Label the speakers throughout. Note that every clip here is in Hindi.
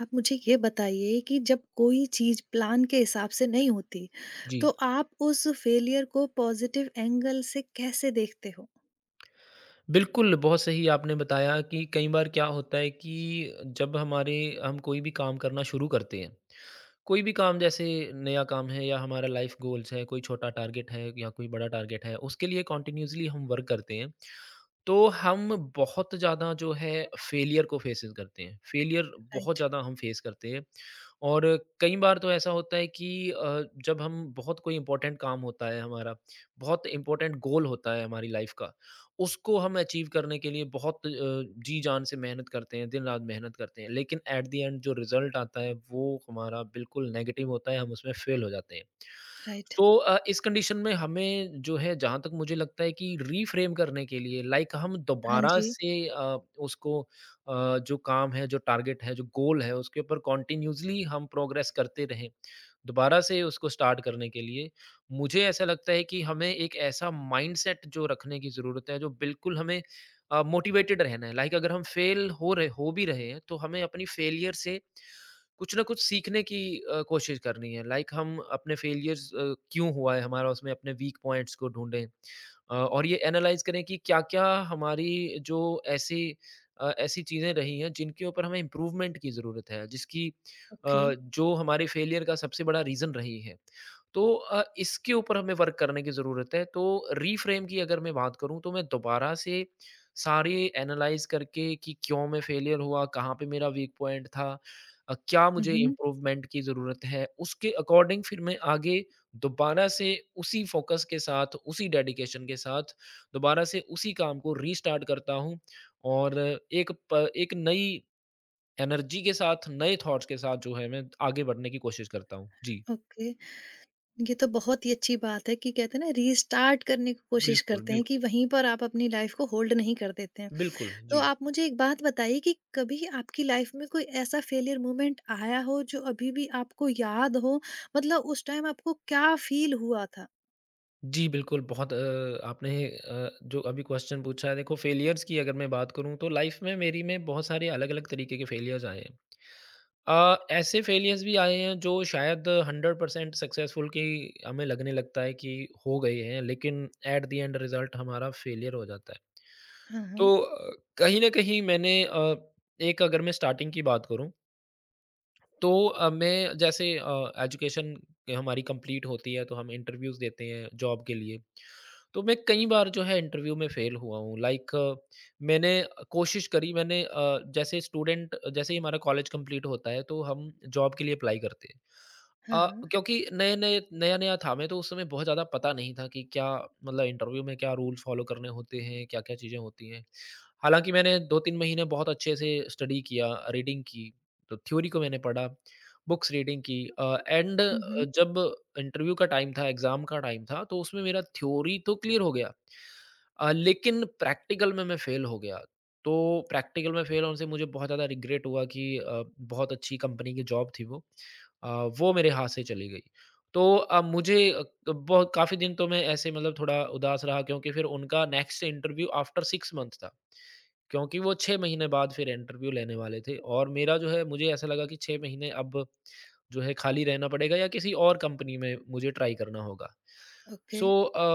Speaker 1: आप मुझे ये बताइए कि जब कोई चीज़ प्लान के हिसाब से नहीं होती, तो
Speaker 2: जी,
Speaker 1: आप उस फेलियर को पॉजिटिव एंगल से कैसे देखते हो?
Speaker 2: बिल्कुल, बहुत सही आपने बताया कि कई बार क्या होता है कि जब हमारे हम कोई भी काम करना शुरू करते हैं, कोई भी काम जैसे नया काम है या हमारा लाइफ गोल्स है, कोई छोटा टारगेट है या कोई बड़ा टारगेट है, उसके लिए कंटिन्यूअसली हम वर्क करते हैं, तो हम बहुत ज़्यादा जो है फेलियर को फेसेस करते हैं। फेलियर बहुत
Speaker 1: राइट,
Speaker 2: ज़्यादा हम फेस करते हैं और कई बार तो ऐसा होता है कि जब हम बहुत कोई इम्पोर्टेंट काम होता है हमारा, बहुत इम्पोर्टेंट गोल होता है हमारी लाइफ का, उसको हम अचीव करने के लिए बहुत जी जान से मेहनत करते हैं, दिन-रात मेहनत करते हैं, लेकिन एट द एंड जो रिज़ल्ट आता है वो हमारा बिल्कुल नेगेटिव होता है, हम उसमें फेल हो जाते हैं।
Speaker 1: राइट।
Speaker 2: तो इस कंडीशन में हमें जो है जहाँ तक मुझे लगता है कि रीफ्रेम करने के लिए लाइक हम
Speaker 1: हाँ
Speaker 2: दोबारा
Speaker 1: जी।
Speaker 2: से उसको जो काम है, जो टारगेट है, जो गोल है उसके ऊपर कंटिन्यूअसली हम प्रोग्रेस करते रहें। दोबारा से उसको स्टार्ट करने के लिए मुझे ऐसा लगता है कि हमें एक ऐसा माइंडसेट जो रखने की ज़रूरत है, जो बिल्कुल हमें मोटिवेटेड रहना है। लाइक अगर हम फेल हो भी रहे हैं, तो हमें अपनी फेलियर से कुछ ना कुछ सीखने की कोशिश करनी है लाइक हम अपने फेलियर्स क्यों हुआ है हमारा उसमें अपने वीक पॉइंट्स को ढूंढें और ये एनालाइज करें कि क्या क्या हमारी जो ऐसी ऐसी चीज़ें रही हैं जिनके ऊपर हमें इम्प्रूवमेंट की ज़रूरत है जिसकी
Speaker 1: ओके।
Speaker 2: जो हमारे फेलियर का सबसे बड़ा रीज़न रही है तो इसके ऊपर हमें वर्क करने की ज़रूरत है तो रीफ्रेम की अगर मैं बात करूँ तो मैं दोबारा से सारे एनालाइज करके कि क्यों मैं फेलियर हुआ कहाँ पे मेरा वीक पॉइंट था क्या
Speaker 1: हुँ,
Speaker 2: मुझे
Speaker 1: हुँ।
Speaker 2: इम्प्रूवमेंट की ज़रूरत है? उसके अकॉर्डिंग फिर मैं आगे दोबारा से उसी फ़ोकस के साथ, उसी डेडिकेशन के साथ दोबारा से उसी काम को रीस्टार्ट करता हूँ और एक नई एनर्जी के साथ, नए थॉट्स के साथ जो है मैं आगे बढ़ने की कोशिश करता हूँ। जी।
Speaker 1: ओके। ये तो बहुत ही अच्छी बात है कि कहते हैं ना रीस्टार्ट करने की कोशिश
Speaker 2: बिल्कुल,
Speaker 1: करते हैं कि
Speaker 2: बिल्कुल।
Speaker 1: वहीं पर आप अपनी लाइफ को होल्ड नहीं कर देते हैं।
Speaker 2: बिल्कुल,
Speaker 1: तो
Speaker 2: जी।
Speaker 1: आप मुझे एक बात बताइए कि कभी आपकी लाइफ में कोई ऐसा फेलियर मोमेंट आया हो जो अभी भी आपको याद हो, मतलब उस टाइम आपको क्या फील हुआ था?
Speaker 2: जी, बिल्कुल बहुत आपने जो अभी क्वेश्चन पूछा है देखो फ़ेलियर्स की अगर मैं बात करूँ तो लाइफ़ में मेरी में बहुत सारे अलग-अलग तरीके के फ़ेलियर्स आए हैं। ऐसे फेलियर्स भी आए हैं जो शायद 100% सक्सेसफुल की हमें लगने लगता है कि हो गए हैं लेकिन एट द एंड रिजल्ट हमारा फेलियर हो जाता है।
Speaker 1: हाँ, हाँ।
Speaker 2: तो कहीं न कहीं मैंने एक अगर मैं स्टार्टिंग की बात करूँ तो मैं जैसे एजुकेशन हमारी कंप्लीट होती है तो हम इंटरव्यूज़ देते हैं जॉब के लिए। तो मैं कई बार जो है इंटरव्यू में फ़ेल हुआ हूँ लाइक मैंने कोशिश करी मैंने जैसे स्टूडेंट जैसे ही हमारा कॉलेज कंप्लीट होता है तो हम जॉब के लिए अप्लाई करते हैं।
Speaker 1: हाँ, हाँ।
Speaker 2: क्योंकि नए-नए नया-नया था, मैं तो उस समय बहुत ज़्यादा पता नहीं था कि क्या मतलब इंटरव्यू में क्या रूल फॉलो करने होते हैं, क्या-क्या चीज़ें होती हैं। हालाँकि मैंने 2-3 महीने बहुत अच्छे से स्टडी किया, रीडिंग की, तो थ्योरी को मैंने पढ़ा, बुक्स रीडिंग की एंड
Speaker 1: हुँ, हुँ।
Speaker 2: जब इंटरव्यू का टाइम था, एग्ज़ाम का टाइम था, तो उसमें मेरा थ्योरी तो क्लियर हो गया। लेकिन प्रैक्टिकल में मैं फ़ेल हो गया। तो प्रैक्टिकल में फ़ेल होने से मुझे बहुत ज़्यादा रिग्रेट हुआ कि बहुत अच्छी कंपनी की जॉब थी वो। अ, वो मेरे हाथ से चली गई। तो अब मुझे बहुत काफ़ी दिन तो मैं ऐसे मतलब थोड़ा उदास रहा क्योंकि फिर उनका नेक्स्ट इंटरव्यू आफ्टर 6 मंथ था। क्योंकि वो 6 महीने बाद फिर इंटरव्यू लेने वाले थे और मेरा जो है मुझे ऐसा लगा कि 6 महीने अब जो है खाली रहना पड़ेगा या किसी और कंपनी में मुझे ट्राई करना होगा।
Speaker 1: ओके।
Speaker 2: सो अ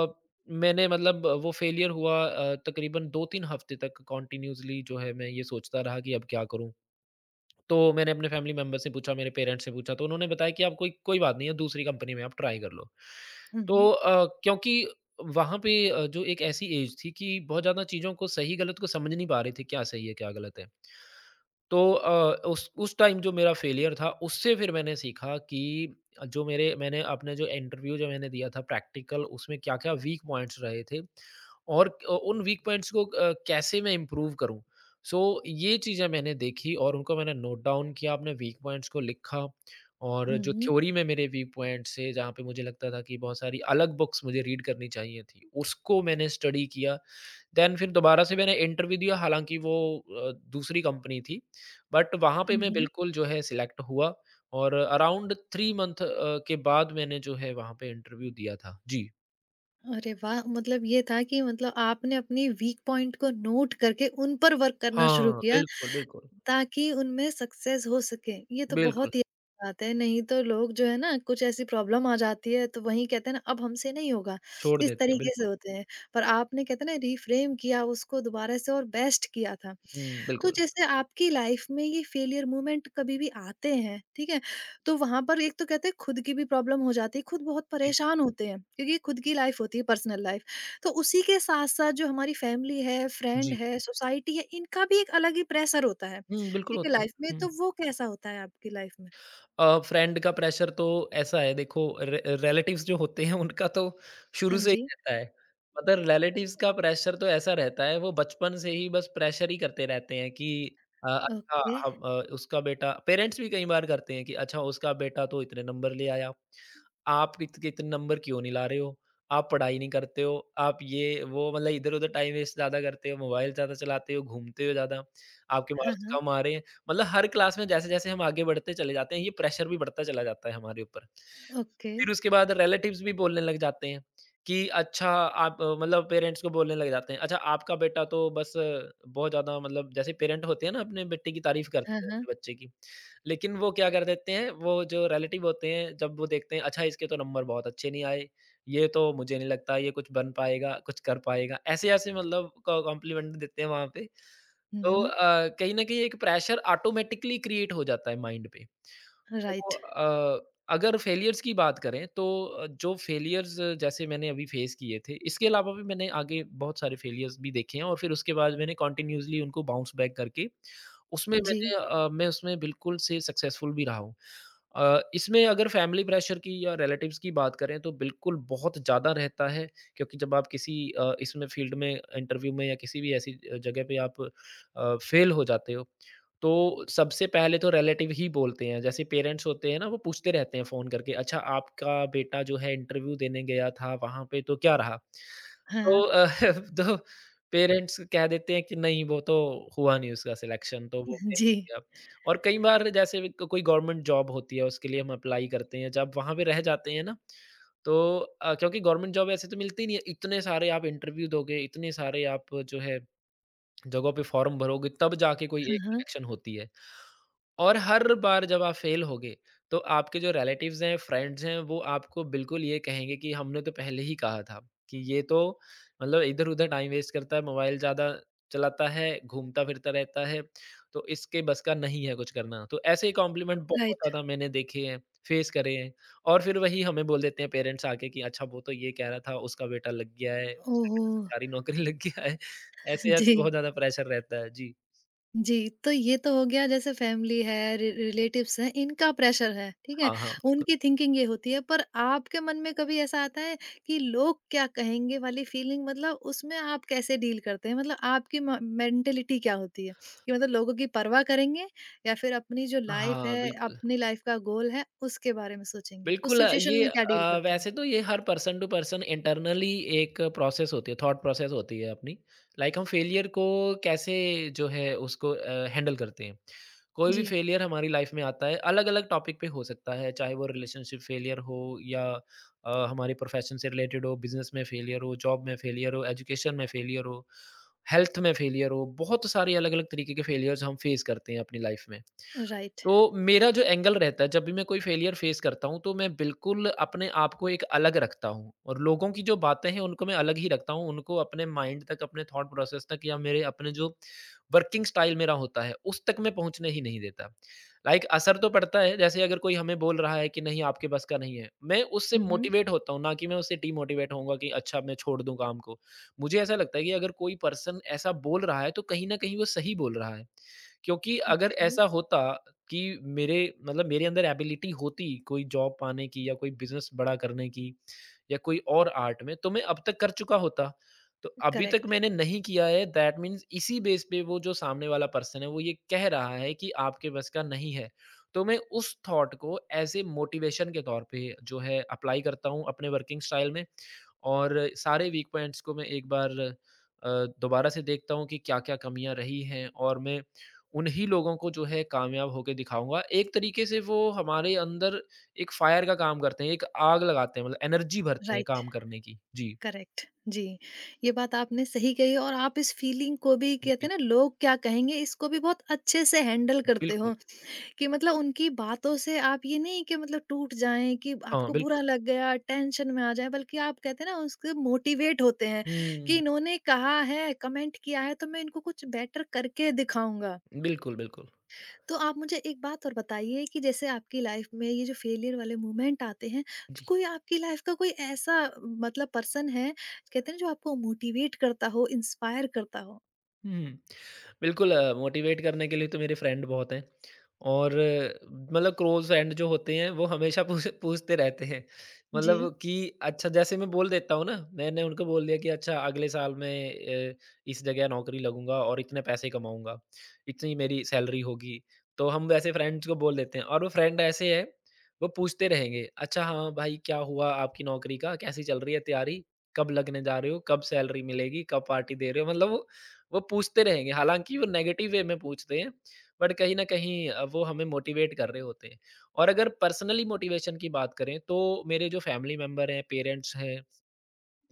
Speaker 2: मैंने मतलब वो फ़ेलियर हुआ तकरीबन 2-3 हफ़्ते तक कंटिन्यूअसली जो है मैं ये सोचता रहा कि अब क्या करूँ? तो मैंने अपने फ़ैमिली मेंबर से पूछा, मेरे पेरेंट्स से पूछा, तो उन्होंने बताया कि आप कोई कोई बात नहीं है, दूसरी कंपनी में आप ट्राई कर लो।
Speaker 1: हुँ, हुँ।
Speaker 2: तो क्योंकि वहाँ पे जो एक ऐसी एज थी कि बहुत ज़्यादा चीज़ों को सही-गलत को समझ नहीं पा रहे थे, क्या सही है, क्या गलत है। तो उस टाइम जो मेरा फेलियर था उससे फिर मैंने सीखा कि जो मेरे मैंने अपने जो इंटरव्यू जो मैंने दिया था प्रैक्टिकल उसमें क्या-क्या वीक पॉइंट्स रहे थे और उन वीक पॉइंट्स को कैसे मैं इम्प्रूव करूँ। सो ये चीज़ें मैंने देखी और उनको मैंने नोट डाउन किया, अपने वीक पॉइंट्स को लिखा और
Speaker 1: हुँ,
Speaker 2: जो
Speaker 1: हुँ।
Speaker 2: थ्योरी में मेरे वीक पॉइंट्स थे जहाँ पे मुझे लगता था कि बहुत सारी अलग बुक्स मुझे रीड करनी चाहिए थी, उसको मैंने स्टडी किया देन फिर दोबारा से मैंने इंटरव्यू दिया हालाँकि वो दूसरी कंपनी थी, बट वहाँ पे
Speaker 1: हुँ,
Speaker 2: मैं
Speaker 1: हुँ।
Speaker 2: बिल्कुल जो है सिलेक्ट हुआ और अराउंड 3 मंथ के बाद मैंने जो है वहाँ पे इंटरव्यू दिया था। जी।
Speaker 1: अरे वाह! मतलब ये था कि मतलब आपने अपनी वीक पॉइंट को नोट करके उन पर वर्क करना शुरू
Speaker 2: हाँ,
Speaker 1: किया।
Speaker 2: बिल्कुल, बिल्कुल।
Speaker 1: ताकि उनमें सक्सेस हो सके, ये तो
Speaker 2: बिल्कुल,
Speaker 1: बहुत ही अच्छी बात है। नहीं तो लोग जो है ना कुछ ऐसी प्रॉब्लम आ जाती है तो वहीं कहते हैं ना अब हमसे नहीं होगा,
Speaker 2: छोड़
Speaker 1: इस
Speaker 2: देते हैं,
Speaker 1: तरीके से
Speaker 2: बिल्कुल।
Speaker 1: होते हैं। पर आपने कहते हैं ना रिफ्रेम किया उसको दोबारा से और बेस्ट किया था।
Speaker 2: हुँ,
Speaker 1: तो
Speaker 2: बिल्कुल।
Speaker 1: जैसे आपकी लाइफ में ये फेलियर मोमेंट कभी भी आते हैं, ठीक है? तो वहाँ पर एक तो कहते हैं खुद की भी प्रॉब्लम हो जाती है, खुद बहुत
Speaker 2: जी,
Speaker 1: परेशान होते हैं क्योंकि खुद की लाइफ होती है, पर्सनल लाइफ। तो उसी के साथ-साथ जो हमारी फैमिली है, फ्रेंड
Speaker 2: जी।
Speaker 1: है, सोसाइटी है, इनका भी एक अलग ही प्रेशर होता है,
Speaker 2: हुँ, बिल्कुल
Speaker 1: ठीक है
Speaker 2: होता
Speaker 1: लाइफ में,
Speaker 2: है। हुँ।
Speaker 1: तो वो कैसा होता है आपकी लाइफ में?
Speaker 2: फ्रेंड का प्रेशर तो ऐसा है देखो रि रिलेटिव्स जो होते हैं उनका तो
Speaker 1: हाँ
Speaker 2: शुरू से ही
Speaker 1: जी।
Speaker 2: रहता है। मतलब रिलेटिव्स का प्रेशर तो ऐसा रहता है वो बचपन से ही बस प्रेशर ही करते रहते हैं कि अच्छा
Speaker 1: ओके।
Speaker 2: हम उसका बेटा पेरेंट्स भी कई बार करते हैं कि अच्छा उसका बेटा तो इतने नंबर ले आया। आप इत इतने नंबर क्यों नहीं ला रहे हो? आप पढ़ाई नहीं करते हो, आप ये वो मतलब इधर-उधर टाइम वेस्ट ज़्यादा करते हो, मोबाइल ज़्यादा चलाते हो, घूमते हो ज़्यादा, आपके
Speaker 1: हाँ,
Speaker 2: मार्क्स
Speaker 1: हाँ।
Speaker 2: कम आ रहे हैं। मतलब हर क्लास में जैसे-जैसे हम आगे बढ़ते चले जाते हैं, ये प्रेशर भी बढ़ता चला जाता है हमारे ऊपर।
Speaker 1: ओके।
Speaker 2: फिर उसके बाद रिलेटिव्स भी बोलने लग जाते हैं कि अच्छा आप मतलब पेरेंट्स को बोलने लग जाते हैं, अच्छा आपका बेटा तो बस बहुत ज़्यादा मतलब जैसे पेरेंट होते हैं ना अपने बेटे की तारीफ़
Speaker 1: हाँ,
Speaker 2: करते हैं
Speaker 1: हाँ।
Speaker 2: अपने बच्चे की। लेकिन वो क्या कर देते हैं, वो जो रिलेटिव होते हैं जब वो देखते हैं अच्छा इसके तो नंबर बहुत अच्छे नहीं आए, ये तो मुझे नहीं लगता ये कुछ बन पाएगा, कुछ कर पाएगा। ऐसे-ऐसे मतलब क कॉम्प्लीमेंट देते हैं वहाँ पे।
Speaker 1: हुँ,
Speaker 2: तो
Speaker 1: हुँ।
Speaker 2: कहीं न कहीं एक प्रेशर ऑटोमैटिकली क्रिएट हो जाता है माइंड पे। तो
Speaker 1: राइट।
Speaker 2: अगर फेलियर्स की बात करें तो जो फेलियर्स जैसे मैंने अभी फेस किए थे, इसके अलावा भी मैंने आगे बहुत सारे फेलियर्स भी देखे हैं और फिर उसके बाद मैंने कंटिन्यूअसली उनको बाउंस बैक करके उसमें
Speaker 1: जी।
Speaker 2: मैंने मैं उसमें बिल्कुल से सक्सेसफुल भी रहा हूँ। इसमें अगर फैमिली प्रेशर की या रिलेटिव्स की बात करें तो बिल्कुल बहुत ज़्यादा रहता है क्योंकि जब आप किसी इसमें फील्ड में इंटरव्यू में या किसी भी ऐसी जगह पे आप फेल हो जाते हो तो सबसे पहले तो रिलेटिव ही बोलते हैं जैसे पेरेंट्स होते हैं ना वो पूछते रहते हैं फ़ोन करके अच्छा आपका बेटा जो है इंटरव्यू देने गया था वहाँ पे तो क्या रहा?
Speaker 1: हाँ,
Speaker 2: तो तो पेरेंट्स कह देते हैं कि नहीं वो तो हुआ नहीं उसका सिलेक्शन तो वो फेल
Speaker 1: जी।
Speaker 2: हो गया। और कई बार जैसे भी क कोई गवर्नमेंट जॉब होती है, उसके लिए हम अप्लाई करते हैं, जब वहाँ पे रह जाते हैं ना, तो क्योंकि गवर्नमेंट जॉब ऐसे तो मिलती नहीं है, इतने सारे आप इंटरव्यू दोगे, इतने सारे आप जो है जगहों पे फॉर्म भरोगे तब जाके कोई
Speaker 1: हाँ,
Speaker 2: एक
Speaker 1: हाँ।
Speaker 2: सिलेक्शन होती है। और हर बार जब आप फ़ेल होगे, तो आपके जो रिलेटिव्स हैं, फ्रेंड्स हैं, वो आपको बिल्कुल ये कहेंगे कि हमने तो पहले ही कहा था कि ये तो मतलब इधर-उधर टाइम वेस्ट करता है, मोबाइल ज़्यादा चलाता है, घूमता-फिरता रहता है, तो इसके बस का नहीं है कुछ करना। तो ऐसे ही कॉम्प्लीमेंट बहुत
Speaker 1: राइट।
Speaker 2: ज़्यादा मैंने देखे हैं, फेस करे हैं और फिर वही हमें बोल देते हैं पेरेंट्स आके कि अच्छा वो तो ये कह रहा था, उसका बेटा लग गया है, उसका बेटा
Speaker 1: ओह!
Speaker 2: सरकारी नौकरी लग गया है। ऐसे-ऐसे
Speaker 1: जी।
Speaker 2: बहुत ज़्यादा प्रेशर रहता है। जी।
Speaker 1: जी, तो ये तो हो गया जैसे फैमिली है, रि रिलेटिव्स हैं, इनका प्रेशर है, ठीक है?
Speaker 2: हाँ, हाँ, बिल्कुल।
Speaker 1: उनकी थिंकिंग ये होती है, पर आपके मन में कभी ऐसा आता है कि लोग क्या कहेंगे वाली फीलिंग, मतलब उसमें आप कैसे डील करते हैं? मतलब आपकी म मेंटालिटी क्या होती है? कि मतलब लोगों की परवाह करेंगे या फिर अपनी जो लाइफ़
Speaker 2: हाँ,
Speaker 1: है,
Speaker 2: बिल्कुल।
Speaker 1: अपनी लाइफ़ का गोल है, उसके बारे में सोचेंगे? उस
Speaker 2: बिल्कुल
Speaker 1: सिचुएशन
Speaker 2: ये
Speaker 1: में क्या डील करते हैं?
Speaker 2: वैसे तो ये हर पर्सन टू पर्सन इंटरनली एक प्रोसेस होती है, थॉट प्रोसेस होती है अपनी। लाइक हम फेलियर को कैसे जो है उसको हैंडल करते हैं। कोई भी
Speaker 1: जी।
Speaker 2: फेलियर हमारी लाइफ में आता है, अलग-अलग टॉपिक पे हो सकता है, चाहे वो रिलेशनशिप फेलियर हो या हमारे प्रोफेशन से रिलेटेड हो, बिज़नेस में फेलियर हो, जॉब में फेलियर हो, एजुकेशन में फेलियर हो, हेल्थ में फेलियर हो, बहुत सारे अलग-अलग तरीके के फेलियर्स हम फेस करते हैं अपनी लाइफ में।
Speaker 1: राइट।
Speaker 2: तो मेरा जो एंगल रहता है जब भी मैं कोई फेलियर फेस करता हूँ तो मैं बिल्कुल अपने आप को एक अलग रखता हूँ और लोगों की जो बातें हैं उनको मैं अलग ही रखता हूँ उनको अपने माइंड तक अपने थॉट प्रोसेस तक या मेरे अपने जो वर्किंग स्टाइल मेरा होता है उस तक मैं पहुँचने ही नहीं देता। लाइक असर तो पड़ता है, जैसे अगर कोई हमें बोल रहा है कि नहीं आपके बस का नहीं है, मैं उससे
Speaker 1: हुँ, हुँ।
Speaker 2: मोटिवेट होता हूँ ना कि मैं उससे डीमोटिवेट होऊंगा कि अच्छा मैं छोड़ दूँ काम को। मुझे ऐसा लगता है कि अगर कोई पर्सन ऐसा बोल रहा है तो कहीं ना कहीं वो सही बोल रहा है, क्योंकि अगर
Speaker 1: ओके।
Speaker 2: ऐसा होता कि मेरे मतलब मेरे अंदर एबिलिटी होती कोई जॉब पाने की या कोई बिज़नेस बड़ा करने की या कोई और आर्ट में, तो मैं अब तक कर चुका होता। तो अभी तक
Speaker 1: करेक्ट।
Speaker 2: मैंने नहीं किया है, दैट मीन्स इसी बेस पे वो जो सामने वाला पर्सन है वो ये कह रहा है कि आपके बस का नहीं है। तो मैं उस थॉट को एज़ ए मोटिवेशन के तौर पे जो है अप्लाई करता हूँ अपने वर्किंग स्टाइल में। और सारे वीक पॉइंट्स को मैं एक बार अ, दोबारा से देखता हूँ कि क्या-क्या कमियाँ रही हैं और मैं उन्हीं लोगों को जो है कामयाब होके दिखाऊँगा। एक तरीके से वो हमारे अंदर एक फायर का काम करते हैं, एक आग लगाते हैं मतलब एनर्जी भरते हैं
Speaker 1: राइट।
Speaker 2: काम करने की। जी,
Speaker 1: करेक्ट। जी। ये बात आपने सही कही और आप इस फीलिंग को भी कहते
Speaker 2: जी,
Speaker 1: हैं ना लोग क्या कहेंगे, इसको भी बहुत अच्छे से हैंडल करते
Speaker 2: बिल्कुल।
Speaker 1: हो कि मतलब उनकी बातों से आप ये नहीं कि मतलब टूट जाएं कि
Speaker 2: हाँ,
Speaker 1: आपको बुरा
Speaker 2: बिल्कुल।
Speaker 1: लग गया, टेंशन में आ जाए, बल्कि आप कहते हैं ना उसके मोटिवेट होते हैं कि
Speaker 2: हुँ,
Speaker 1: इन्होंने कहा है, कमेंट किया है तो मैं इनको कुछ बेटर करके दिखाऊंगा।
Speaker 2: बिल्कुल, बिल्कुल।
Speaker 1: तो आप मुझे एक बात और बताइए कि जैसे आपकी लाइफ में ये जो फेलियर वाले मोमेंट आते हैं, तो
Speaker 2: जी।
Speaker 1: कोई आपकी लाइफ का कोई ऐसा मतलब पर्सन है, कहते हैं ना जो आपको मोटिवेट करता हो, इंस्पायर करता हो?
Speaker 2: हुँ। बिल्कुल मोटिवेट करने के लिए तो मेरे फ्रेंड बहुत हैं और मतलब क्लोज़ फ्रेंड जो होते हैं वो हमेशा पूछ पूछते रहते हैं।
Speaker 1: जी।
Speaker 2: मतलब कि अच्छा जैसे मैं बोल देता हूँ ना, मैंने उनको बोल दिया कि अच्छा अगले साल मैं अ, इस जगह नौकरी लगूँगा और इतने पैसे कमाऊँगा, इतनी मेरी सैलरी होगी। तो हम वैसे फ्रेंड्स को बोल देते हैं और वो फ्रेंड ऐसे हैं, वो पूछते रहेंगे, "अच्छा हाँ भाई, क्या हुआ आपकी नौकरी का? कैसी चल रही है तैयारी? कब लगने जा रहे हो? कब सैलरी मिलेगी? कब पार्टी दे रहे हो?" मतलब वो पूछते रहेंगे, हालाँकि वो नेगेटिव वे में पूछते हैं, बट कहीं न कहीं वो हमें मोटिवेट कर रहे होते हैं। और अगर पर्सनली मोटिवेशन की बात करें, तो मेरे जो फैमिली मेंबर हैं, पेरेंट्स हैं,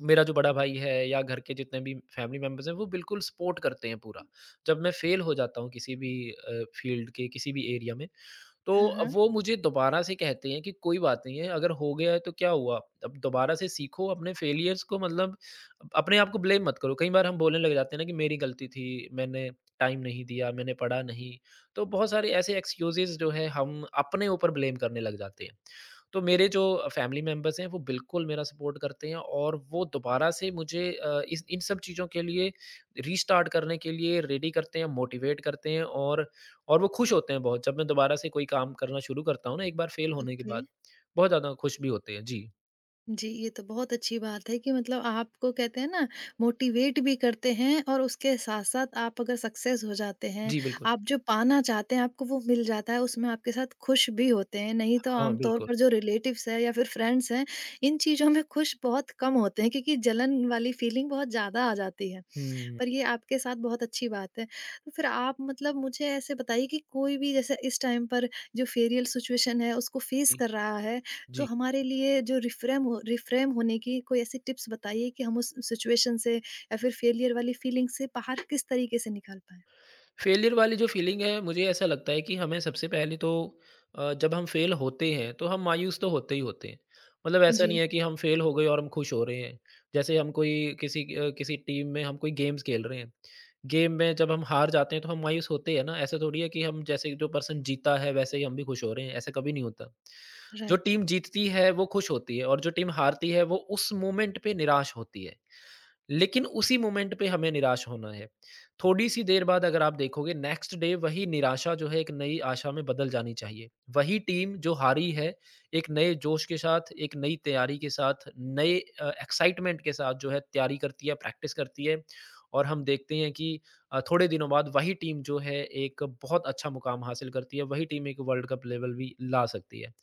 Speaker 2: मेरा जो बड़ा भाई है या घर के जितने भी फैमिली मेंबर्स हैं वो बिल्कुल सपोर्ट करते हैं पूरा। जब मैं फेल हो जाता हूँ किसी भी फील्ड के किसी भी एरिया में, तो
Speaker 1: हाँ, हाँ।
Speaker 2: वो मुझे दोबारा से कहते हैं कि कोई बात नहीं है, अगर हो गया है तो क्या हुआ? अब दोबारा से सीखो अपने फेलियर्स को, मतलब अपने आप को ब्लेम मत करो। कई बार हम बोलने लग जाते हैं ना कि मेरी गलती थी, मैंने टाइम नहीं दिया, मैंने पढ़ा नहीं। तो बहुत सारे ऐसे एक्सक्यूज़ेज़ जो है हम अपने ऊपर ब्लेम करने लग जाते हैं। तो मेरे जो फैमिली मेंबर्स हैं वो बिल्कुल मेरा सपोर्ट करते हैं और वो दोबारा से मुझे इस इन सब चीज़ों के लिए रीस्टार्ट करने के लिए रेडी करते हैं, मोटिवेट करते हैं और वो खुश होते हैं बहुत। जब मैं दोबारा से कोई काम करना शुरू करता हूँ ना एक बार फेल होने के
Speaker 1: ओके।
Speaker 2: बाद, बहुत ज़्यादा खुश भी होते हैं। जी।
Speaker 1: जी, ये तो बहुत अच्छी बात है कि मतलब आपको कहते हैं ना मोटिवेट भी करते हैं और उसके साथ-साथ आप अगर सक्सेस हो जाते हैं,
Speaker 2: जी, बिल्कुल।
Speaker 1: आप जो पाना चाहते हैं आपको वो मिल जाता है, उसमें आपके साथ खुश भी होते हैं। नहीं तो
Speaker 2: हाँ,
Speaker 1: आमतौर
Speaker 2: बिल्कुल।
Speaker 1: पर जो रिलेटिव्स हैं या फिर फ्रेंड्स हैं, इन चीज़ों में खुश बहुत कम होते हैं क्योंकि जलन वाली फीलिंग बहुत ज़्यादा आ जाती है।
Speaker 2: हुँ,
Speaker 1: पर ये आपके साथ बहुत अच्छी बात है। तो फिर आप मतलब मुझे ऐसे बताइए कि कोई भी जैसे इस टाइम पर जो फेरियल सिचुएशन है उसको फेस
Speaker 2: जी,
Speaker 1: कर रहा है, तो
Speaker 2: जी।
Speaker 1: हमारे लिए जो रिफ्रेम होने की कोई ऐसी टिप्स बताइए कि हम उस सिचुएशन से या फिर फेलियर वाली फीलिंग से बाहर किस तरीके से निकाल पाएँ?
Speaker 2: फेलियर वाली जो फीलिंग है, मुझे ऐसा लगता है कि हमें सबसे पहले तो जब हम फेल होते हैं तो हम मायूस तो होते ही होते हैं, मतलब ऐसा नहीं
Speaker 1: जी।
Speaker 2: है कि हम फेल हो गए और हम खुश हो रहे हैं। जैसे हम कोई किसी किसी टीम में हम कोई गेम्स खेल रहे हैं, गेम में जब हम हार जाते हैं तो हम मायूस होते हैं ना, ऐसा थोड़ी है कि हम जैसे जो पर्सन जीता है वैसे ही हम भी खुश हो रहे हैं, ऐसा कभी नहीं होता। जो
Speaker 1: राइट,
Speaker 2: टीम जीतती है वो खुश होती है और जो टीम हारती है वो उस मोमेंट पे निराश होती है, लेकिन उसी मोमेंट पे हमें निराश होना है। थोड़ी-सी देर बाद अगर आप देखोगे, नेक्स्ट डे वही निराशा जो है एक नई आशा में बदल जानी चाहिए। वही टीम जो हारी है, एक नए जोश के साथ, एक नई तैयारी के साथ, नए एक्साइटमेंट के साथ जो है तैयारी करती है, प्रैक्टिस करती है और हम देखते हैं कि थोड़े दिनों बाद वही टीम जो है एक बहुत अच्छा मुकाम हासिल करती है, वही टीम एक वर्ल्ड कप लेवल भी ला सकती है।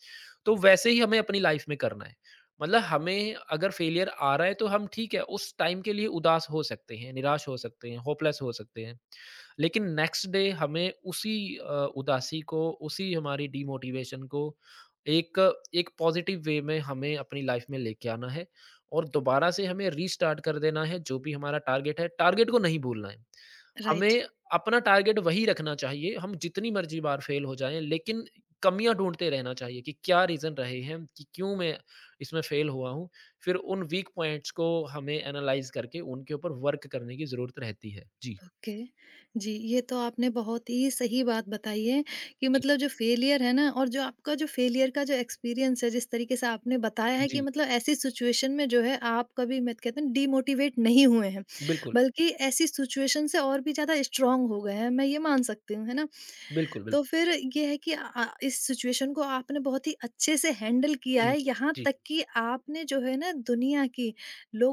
Speaker 2: तो वैसे ही हमें अपनी लाइफ में करना है। मतलब हमें अगर फेलियर आ रहा है तो हम ठीक है उस टाइम के लिए उदास हो सकते हैं, निराश हो सकते हैं, होपलेस हो सकते हैं। लेकिन नेक्स्ट डे हमें उसी उदासी को, उसी हमारी डिमोटिवेशन को एक एक पॉजिटिव वे में हमें अपनी लाइफ में लेके आना है और दोबारा से हमें रीस्टार्ट कर देना है। जो भी हमारा टारगेट है, टारगेट को नहीं भूलना है।
Speaker 1: राइट।
Speaker 2: हमें अपना टारगेट वही रखना चाहिए, हम जितनी मर्ज़ी बार फेल हो जाएँ, लेकिन कमियाँ ढूँढते रहना चाहिए कि क्या रीज़न रहे हैं, कि क्यों मैं इसमें फेल हुआ हूँ। फिर उन वीक पॉइंट्स को हमें एनालाइज़ करके उनके ऊपर वर्क करने की ज़रूरत रहती है। जी,
Speaker 1: ओके। जी, ये तो आपने बहुत ही सही बात बताई है कि
Speaker 2: जी,
Speaker 1: मतलब जो फेलियर है ना और जो आपका जो फेलियर का जो एक्सपीरियंस है, जिस तरीके से आपने बताया है कि
Speaker 2: जी,
Speaker 1: मतलब ऐसी सिचुएशन में जो है आप कभी मत कहते हैं डिमोटिवेट नहीं हुए हैं,
Speaker 2: बिल्कुल,
Speaker 1: बल्कि ऐसी सिचुएशन से और भी ज़्यादा स्ट्रॉन्ग हो गए हैं, मैं ये मान सकती हूँ, है ना?
Speaker 2: बिल्कुल, बिल्कुल।
Speaker 1: तो फिर ये है कि इस सिचुएशन को आपने बहुत ही अच्छे से हैंडल किया
Speaker 2: हुँ,
Speaker 1: है, यहाँ
Speaker 2: जी,
Speaker 1: तक कि आपने जो है ना दुनिया की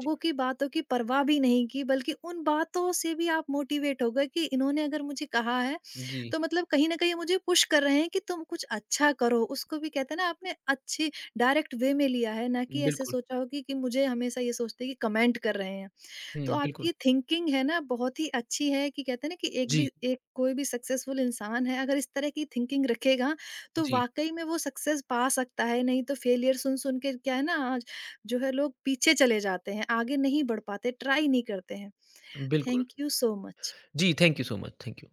Speaker 2: जी,
Speaker 1: की बातों की परवाह भी नहीं की, बल्कि उन बातों से भी आप मोटिवेट हो गए कि इन्होंने अगर मुझे कहा है
Speaker 2: जी,
Speaker 1: तो मतलब कहीं न कहीं मुझे पुश कर रहे हैं कि तुम कुछ अच्छा करो। उसको भी कहते हैं ना आपने अच्छी डायरेक्ट वे में लिया है ना कि ऐसे
Speaker 2: बिल्कुल।
Speaker 1: सोचा हो कि मुझे हमेशा ये सोचते हैं कि कमेंट कर रहे हैं। तो
Speaker 2: हुँ, बिल्कुल।
Speaker 1: आपकी थिंकिंग है ना बहुत ही अच्छी है कि कहते हैं ना कि एक
Speaker 2: जी,
Speaker 1: भी एक कोई भी सक्सेसफुल इंसान है अगर इस तरह की थिंकिंग रखेगा तो
Speaker 2: जी,
Speaker 1: वाकई में वो सक्सेस पा सकता है, नहीं तो फेलियर सुन सुन के क्या है ना आज जो है लोग पीछे चले जाते हैं, आगे नहीं बढ़ पाते, ट्राई नहीं करते हैं।
Speaker 2: बिल्कुल।
Speaker 1: Thank you so much.
Speaker 2: जी, thank you so much, thank you.